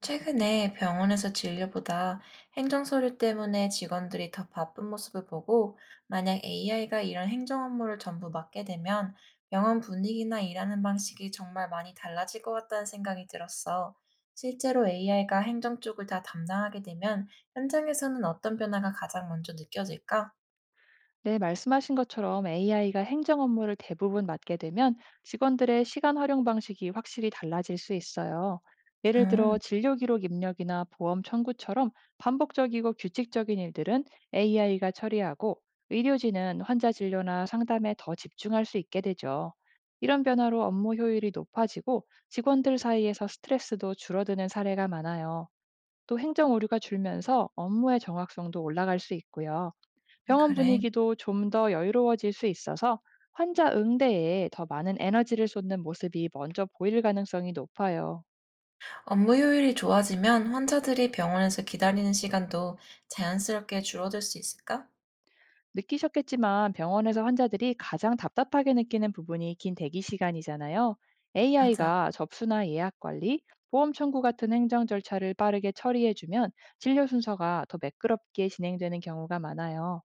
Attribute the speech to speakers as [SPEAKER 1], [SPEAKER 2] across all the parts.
[SPEAKER 1] 최근에 병원에서 진료보다 행정 서류 때문에 직원들이 더 바쁜 모습을 보고, 만약 AI가 이런 행정 업무를 전부 맡게 되면 병원 분위기나 일하는 방식이 정말 많이 달라질 것 같다는 생각이 들었어. 실제로 AI가 행정 쪽을 다 담당하게 되면 현장에서는 어떤 변화가 가장 먼저 느껴질까?
[SPEAKER 2] 네, 말씀하신 것처럼 AI가 행정 업무를 대부분 맡게 되면 직원들의 시간 활용 방식이 확실히 달라질 수 있어요. 예를 들어
[SPEAKER 1] 음,
[SPEAKER 2] 진료 기록 입력이나 보험 청구처럼 반복적이고 규칙적인 일들은 AI가 처리하고, 의료진은 환자 진료나 상담에 더 집중할 수 있게 되죠. 이런 변화로 업무 효율이 높아지고, 직원들 사이에서 스트레스도 줄어드는 사례가 많아요. 또 행정 오류가 줄면서 업무의 정확성도 올라갈 수 있고요. 병원
[SPEAKER 1] 그래.
[SPEAKER 2] 분위기도 좀 더 여유로워질 수 있어서, 환자 응대에 더 많은 에너지를 쏟는 모습이 먼저 보일 가능성이 높아요.
[SPEAKER 1] 업무 효율이 좋아지면 환자들이 병원에서 기다리는 시간도 자연스럽게 줄어들 수 있을까?
[SPEAKER 2] 느끼셨겠지만, 병원에서 환자들이 가장 답답하게 느끼는 부분이 긴 대기 시간이잖아요.
[SPEAKER 1] 맞아.
[SPEAKER 2] AI가 접수나 예약 관리, 보험 청구 같은 행정 절차를 빠르게 처리해주면, 진료 순서가 더 매끄럽게 진행되는 경우가 많아요.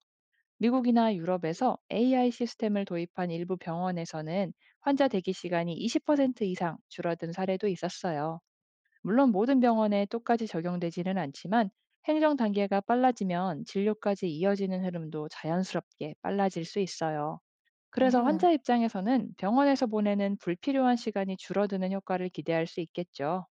[SPEAKER 2] 미국이나 유럽에서 AI 시스템을 도입한 일부 병원에서는, 환자 대기 시간이 20% 이상 줄어든 사례도 있었어요. 물론 모든 병원에 똑같이 적용되지는 않지만, 행정 단계가 빨라지면 진료까지 이어지는 흐름도 자연스럽게 빨라질 수 있어요. 그래서
[SPEAKER 1] 어.
[SPEAKER 2] 환자 입장에서는 병원에서 보내는 불필요한 시간이 줄어드는 효과를 기대할 수 있겠죠.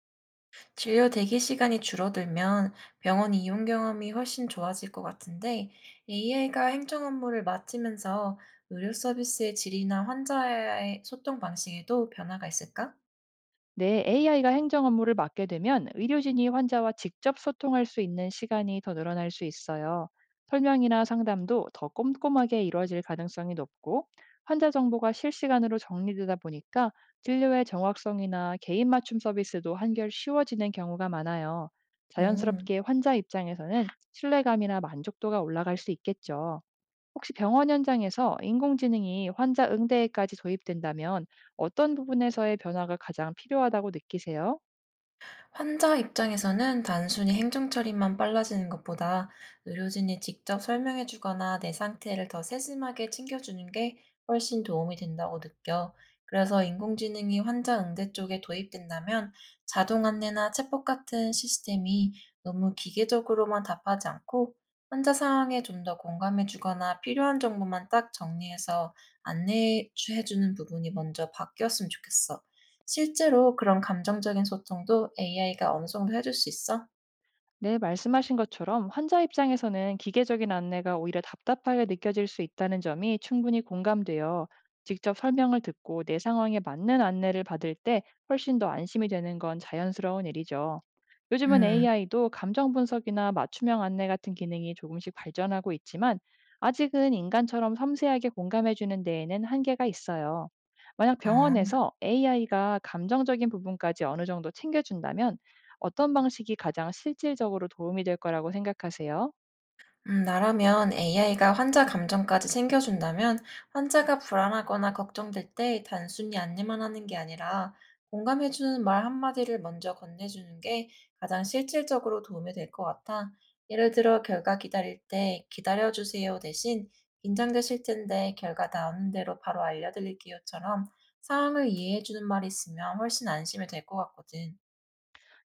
[SPEAKER 1] 진료 대기 시간이 줄어들면 병원 이용 경험이 훨씬 좋아질 것 같은데 AI가 행정 업무를 맡으면서 의료 서비스의 질이나 환자와의 소통 방식에도 변화가 있을까?
[SPEAKER 2] 네, AI가 행정 업무를 맡게 되면, 의료진이 환자와 직접 소통할 수 있는 시간이 더 늘어날 수 있어요. 설명이나 상담도 더 꼼꼼하게 이루어질 가능성이 높고, 환자 정보가 실시간으로 정리되다 보니까 진료의 정확성이나 개인 맞춤 서비스도 한결 쉬워지는 경우가 많아요.
[SPEAKER 1] 오.
[SPEAKER 2] 자연스럽게 환자 입장에서는 신뢰감이나 만족도가 올라갈 수 있겠죠. 혹시 병원 현장에서 인공지능이 환자 응대에까지 도입된다면, 어떤 부분에서의 변화가 가장 필요하다고 느끼세요?
[SPEAKER 1] 환자 입장에서는 단순히 행정 처리만 빨라지는 것보다 의료진이 직접 설명해 주거나 내 상태를 더 세심하게 챙겨주는 게 훨씬 도움이 된다고 느껴. 그래서 인공지능이 환자 응대 쪽에 도입된다면 자동 안내나 챗봇 같은 시스템이 너무 기계적으로만 답하지 않고 환자 상황에 좀 더 공감해 주거나 필요한 정보만 딱 정리해서 안내해 주는 부분이 먼저 바뀌었으면 좋겠어. 실제로 그런 감정적인 소통도 AI가 어느 정도 해줄 수 있어?
[SPEAKER 2] 네, 말씀하신 것처럼 환자 입장에서는 기계적인 안내가 오히려 답답하게 느껴질 수 있다는 점이 충분히 공감돼요. 직접 설명을 듣고 내 상황에 맞는 안내를 받을 때 훨씬 더 안심이 되는 건 자연스러운 일이죠. 요즘은
[SPEAKER 1] 음.
[SPEAKER 2] AI도 감정 분석이나 맞춤형 안내 같은 기능이 조금씩 발전하고 있지만, 아직은 인간처럼 섬세하게 공감해주는 데에는 한계가 있어요. 만약
[SPEAKER 1] 아.
[SPEAKER 2] 병원에서 AI가 감정적인 부분까지 어느 정도 챙겨준다면, 어떤 방식이 가장 실질적으로 도움이 될 거라고 생각하세요?
[SPEAKER 1] 나라면 AI가 환자 감정까지 챙겨준다면 환자가 불안하거나 걱정될 때 단순히 안내만 하는 게 아니라 공감해주는 말 한마디를 먼저 건네주는 게 가장 실질적으로 도움이 될 것 같아. 예를 들어 결과 기다릴 때 기다려주세요 대신 긴장되실 텐데 결과 나오는 대로 바로 알려드릴게요처럼 상황을 이해해주는 말이 있으면 훨씬 안심이 될 것 같거든.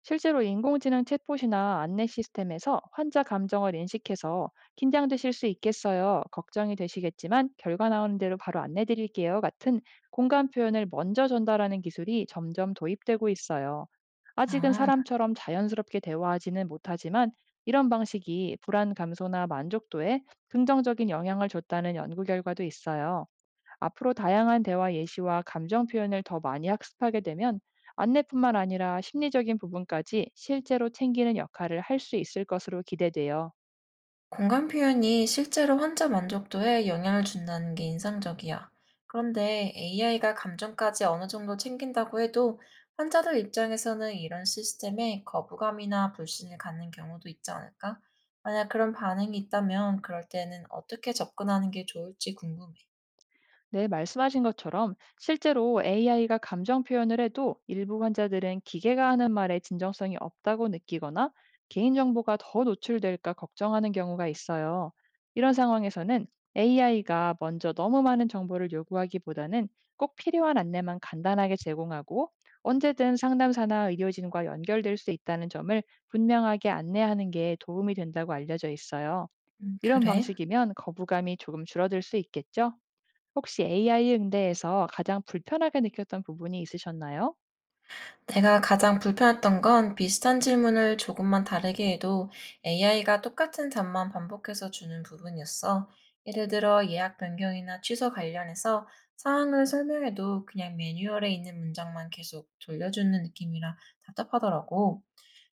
[SPEAKER 2] 실제로 인공지능 챗봇이나 안내 시스템에서 환자 감정을 인식해서, "긴장되실 수 있겠어요. 걱정이 되시겠지만 결과 나오는 대로 바로 안내 드릴게요." 같은 공감 표현을 먼저 전달하는 기술이 점점 도입되고 있어요. 아직은
[SPEAKER 1] 아.
[SPEAKER 2] 사람처럼 자연스럽게 대화하지는 못하지만, 이런 방식이 불안 감소나 만족도에 긍정적인 영향을 줬다는 연구 결과도 있어요. 앞으로 다양한 대화 예시와 감정 표현을 더 많이 학습하게 되면, 안내뿐만 아니라 심리적인 부분까지 실제로 챙기는 역할을 할 수 있을 것으로 기대돼요.
[SPEAKER 1] 공간 표현이 실제로 환자 만족도에 영향을 준다는 게 인상적이야. 그런데 AI가 감정까지 어느 정도 챙긴다고 해도 환자들 입장에서는 이런 시스템에 거부감이나 불신을 갖는 경우도 있지 않을까? 만약 그런 반응이 있다면 그럴 때는 어떻게 접근하는 게 좋을지 궁금해.
[SPEAKER 2] 네, 말씀하신 것처럼 실제로 AI가 감정 표현을 해도 일부 환자들은 기계가 하는 말에 진정성이 없다고 느끼거나, 개인정보가 더 노출될까 걱정하는 경우가 있어요. 이런 상황에서는 AI가 먼저 너무 많은 정보를 요구하기보다는, 꼭 필요한 안내만 간단하게 제공하고 언제든 상담사나 의료진과 연결될 수 있다는 점을 분명하게 안내하는 게 도움이 된다고 알려져 있어요. 이런
[SPEAKER 1] 그래?
[SPEAKER 2] 방식이면 거부감이 조금 줄어들 수 있겠죠? 혹시 AI 응대에서 가장 불편하게 느꼈던 부분이 있으셨나요?
[SPEAKER 1] 내가 가장 불편했던 건 비슷한 질문을 조금만 다르게 해도 AI가 똑같은 답만 반복해서 주는 부분이었어. 예를 들어 예약 변경이나 취소 관련해서 상황을 설명해도 그냥 매뉴얼에 있는 문장만 계속 돌려주는 느낌이라 답답하더라고.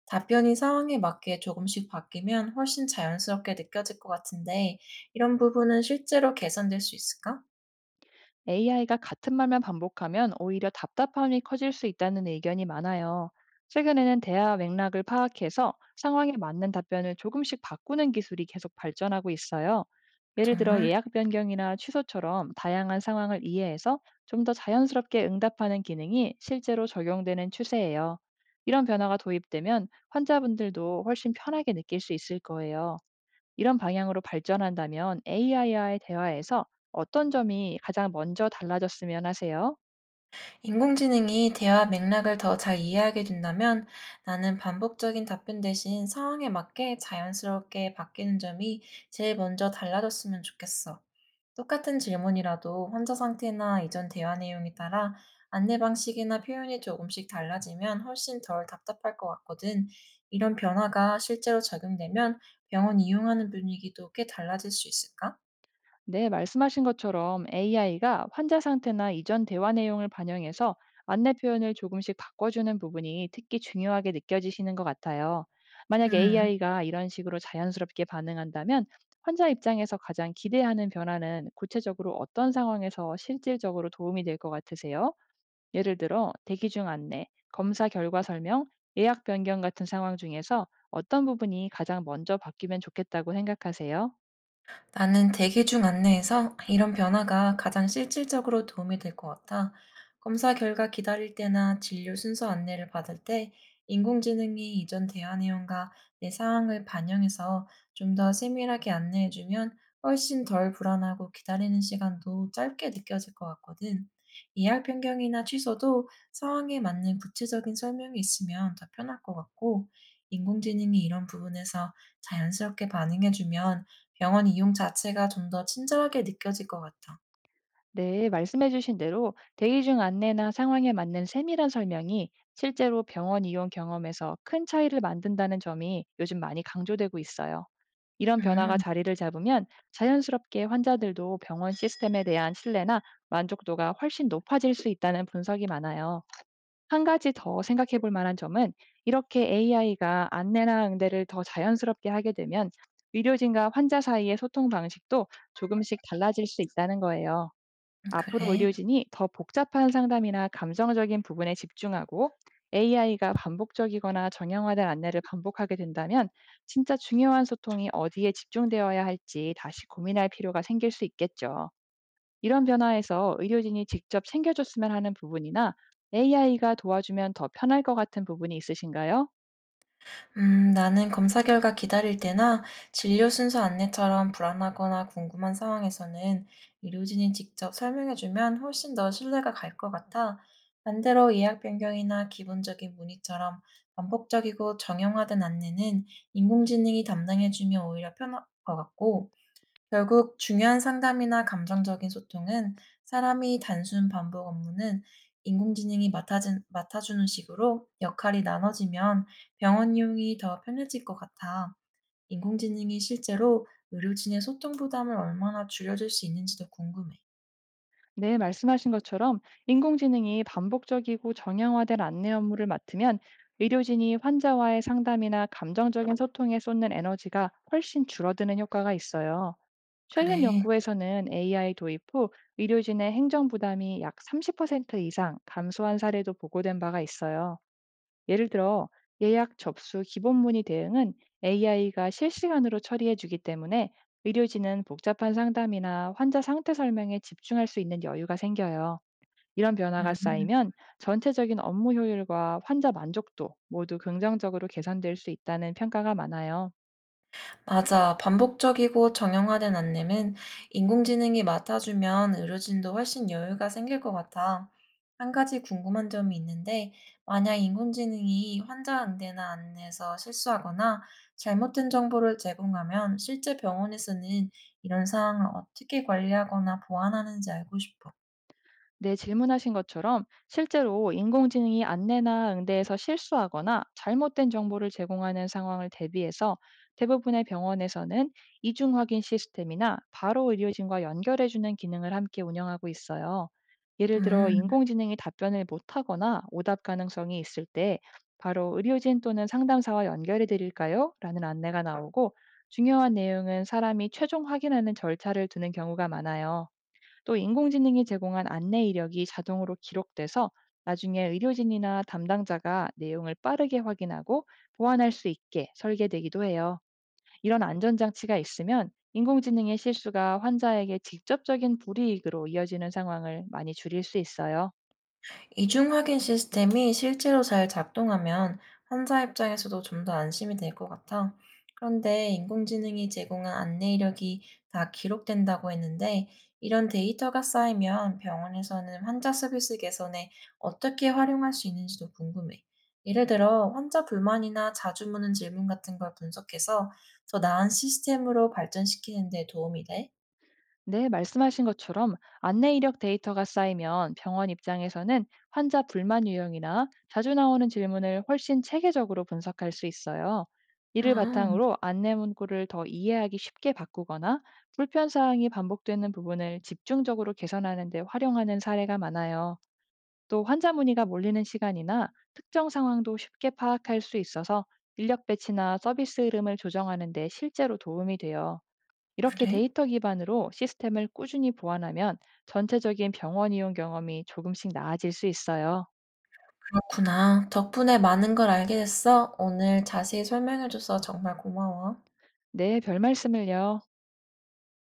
[SPEAKER 1] 답변이 상황에 맞게 조금씩 바뀌면 훨씬 자연스럽게 느껴질 것 같은데 이런 부분은 실제로 개선될 수 있을까?
[SPEAKER 2] AI가 같은 말만 반복하면 오히려 답답함이 커질 수 있다는 의견이 많아요. 최근에는 대화 맥락을 파악해서 상황에 맞는 답변을 조금씩 바꾸는 기술이 계속 발전하고 있어요. 예를 들어
[SPEAKER 1] 정말
[SPEAKER 2] 예약 변경이나 취소처럼 다양한 상황을 이해해서 좀 더 자연스럽게 응답하는 기능이 실제로 적용되는 추세예요. 이런 변화가 도입되면 환자분들도 훨씬 편하게 느낄 수 있을 거예요. 이런 방향으로 발전한다면 AI와의 대화에서 어떤 점이 가장 먼저 달라졌으면 하세요?
[SPEAKER 1] 인공지능이 대화 맥락을 더 잘 이해하게 된다면 나는 반복적인 답변 대신 상황에 맞게 자연스럽게 바뀌는 점이 제일 먼저 달라졌으면 좋겠어. 똑같은 질문이라도 환자 상태나 이전 대화 내용에 따라 안내 방식이나 표현이 조금씩 달라지면 훨씬 덜 답답할 것 같거든. 이런 변화가 실제로 적용되면 병원 이용하는 분위기도 꽤 달라질 수 있을까?
[SPEAKER 2] 네, 말씀하신 것처럼 AI가 환자 상태나 이전 대화 내용을 반영해서 안내 표현을 조금씩 바꿔주는 부분이 특히 중요하게 느껴지시는 것 같아요. 만약
[SPEAKER 1] 음,
[SPEAKER 2] AI가 이런 식으로 자연스럽게 반응한다면, 환자 입장에서 가장 기대하는 변화는 구체적으로 어떤 상황에서 실질적으로 도움이 될 것 같으세요? 예를 들어 대기 중 안내, 검사 결과 설명, 예약 변경 같은 상황 중에서 어떤 부분이 가장 먼저 바뀌면 좋겠다고 생각하세요?
[SPEAKER 1] 나는 대기 중 안내에서 이런 변화가 가장 실질적으로 도움이 될 것 같아. 검사 결과 기다릴 때나 진료 순서 안내를 받을 때 인공지능이 이전 대화 내용과 내 상황을 반영해서 좀 더 세밀하게 안내해주면 훨씬 덜 불안하고 기다리는 시간도 짧게 느껴질 것 같거든. 예약 변경이나 취소도 상황에 맞는 구체적인 설명이 있으면 더 편할 것 같고, 인공지능이 이런 부분에서 자연스럽게 반응해주면 병원 이용 자체가 좀 더 친절하게 느껴질 것 같아.
[SPEAKER 2] 네, 말씀해주신 대로 대기 중 안내나 상황에 맞는 세밀한 설명이 실제로 병원 이용 경험에서 큰 차이를 만든다는 점이 요즘 많이 강조되고 있어요. 이런 변화가
[SPEAKER 1] 음,
[SPEAKER 2] 자리를 잡으면 자연스럽게 환자들도 병원 시스템에 대한 신뢰나 만족도가 훨씬 높아질 수 있다는 분석이 많아요. 한 가지 더 생각해 볼 만한 점은, 이렇게 AI가 안내나 응대를 더 자연스럽게 하게 되면 의료진과 환자 사이의 소통 방식도 조금씩 달라질 수 있다는 거예요. 앞으로
[SPEAKER 1] 그래.
[SPEAKER 2] 의료진이 더 복잡한 상담이나 감정적인 부분에 집중하고 AI가 반복적이거나 정형화된 안내를 반복하게 된다면, 진짜 중요한 소통이 어디에 집중되어야 할지 다시 고민할 필요가 생길 수 있겠죠. 이런 변화에서 의료진이 직접 챙겨줬으면 하는 부분이나 AI가 도와주면 더 편할 것 같은 부분이 있으신가요?
[SPEAKER 1] 나는 검사 결과 기다릴 때나 진료 순서 안내처럼 불안하거나 궁금한 상황에서는 의료진이 직접 설명해주면 훨씬 더 신뢰가 갈 것 같아. 반대로 예약 변경이나 기본적인 문의처럼 반복적이고 정형화된 안내는 인공지능이 담당해주면 오히려 편할 것 같고, 결국 중요한 상담이나 감정적인 소통은 사람이 단순 반복 업무는 인공지능이 맡아주는 식으로 역할이 나눠지면 병원 이용이 더 편해질 것 같아. 인공지능이 실제로 의료진의 소통 부담을 얼마나 줄여줄 수 있는지도 궁금해.
[SPEAKER 2] 네, 말씀하신 것처럼 인공지능이 반복적이고 정형화된 안내 업무를 맡으면, 의료진이 환자와의 상담이나 감정적인 소통에 쏟는 에너지가 훨씬 줄어드는 효과가 있어요. 최근
[SPEAKER 1] 그래.
[SPEAKER 2] 연구에서는 AI 도입 후 의료진의 행정 부담이 약 30% 이상 감소한 사례도 보고된 바가 있어요. 예를 들어 예약 접수 기본 문의 대응은 AI가 실시간으로 처리해 주기 때문에, 의료진은 복잡한 상담이나 환자 상태 설명에 집중할 수 있는 여유가 생겨요. 이런 변화가
[SPEAKER 1] 음.
[SPEAKER 2] 쌓이면 전체적인 업무 효율과 환자 만족도 모두 긍정적으로 개선될 수 있다는 평가가 많아요.
[SPEAKER 1] 맞아. 반복적이고 정형화된 안내는 인공지능이 맡아주면 의료진도 훨씬 여유가 생길 것 같아. 한 가지 궁금한 점이 있는데, 만약 인공지능이 환자 응대나 안내에서 실수하거나 잘못된 정보를 제공하면 실제 병원에서는 이런 상황을 어떻게 관리하거나 보완하는지 알고 싶어.
[SPEAKER 2] 네, 질문하신 것처럼 실제로 인공지능이 안내나 응대에서 실수하거나 잘못된 정보를 제공하는 상황을 대비해서, 대부분의 병원에서는 이중 확인 시스템이나 바로 의료진과 연결해주는 기능을 함께 운영하고 있어요. 예를 들어
[SPEAKER 1] 음.
[SPEAKER 2] 인공지능이 답변을 못하거나 오답 가능성이 있을 때 "바로 의료진 또는 상담사와 연결해 드릴까요? 라는 안내가 나오고, 중요한 내용은 사람이 최종 확인하는 절차를 두는 경우가 많아요. 또 인공지능이 제공한 안내 이력이 자동으로 기록돼서, 나중에 의료진이나 담당자가 내용을 빠르게 확인하고 보완할 수 있게 설계되기도 해요. 이런 안전장치가 있으면 인공지능의 실수가 환자에게 직접적인 불이익으로 이어지는 상황을 많이 줄일 수 있어요.
[SPEAKER 1] 이중 확인 시스템이 실제로 잘 작동하면 환자 입장에서도 좀 더 안심이 될 것 같아. 그런데 인공지능이 제공한 안내 이력이 다 기록된다고 했는데 이런 데이터가 쌓이면 병원에서는 환자 서비스 개선에 어떻게 활용할 수 있는지도 궁금해. 예를 들어 환자 불만이나 자주 묻는 질문 같은 걸 분석해서 더 나은 시스템으로 발전시키는 데 도움이 돼?
[SPEAKER 2] 네, 말씀하신 것처럼 안내 이력 데이터가 쌓이면 병원 입장에서는 환자 불만 유형이나 자주 나오는 질문을 훨씬 체계적으로 분석할 수 있어요. 이를
[SPEAKER 1] 아,
[SPEAKER 2] 바탕으로 안내 문구를 더 이해하기 쉽게 바꾸거나 불편 사항이 반복되는 부분을 집중적으로 개선하는 데 활용하는 사례가 많아요. 또 환자 문의가 몰리는 시간이나 특정 상황도 쉽게 파악할 수 있어서 인력 배치나 서비스 흐름을 조정하는 데 실제로 도움이 돼요. 이렇게
[SPEAKER 1] 그래?
[SPEAKER 2] 데이터 기반으로 시스템을 꾸준히 보완하면 전체적인 병원 이용 경험이 조금씩 나아질 수 있어요.
[SPEAKER 1] 그렇구나. 덕분에 많은 걸 알게 됐어. 오늘 자세히 설명해줘서 정말 고마워.
[SPEAKER 2] 네, 별 말씀을요.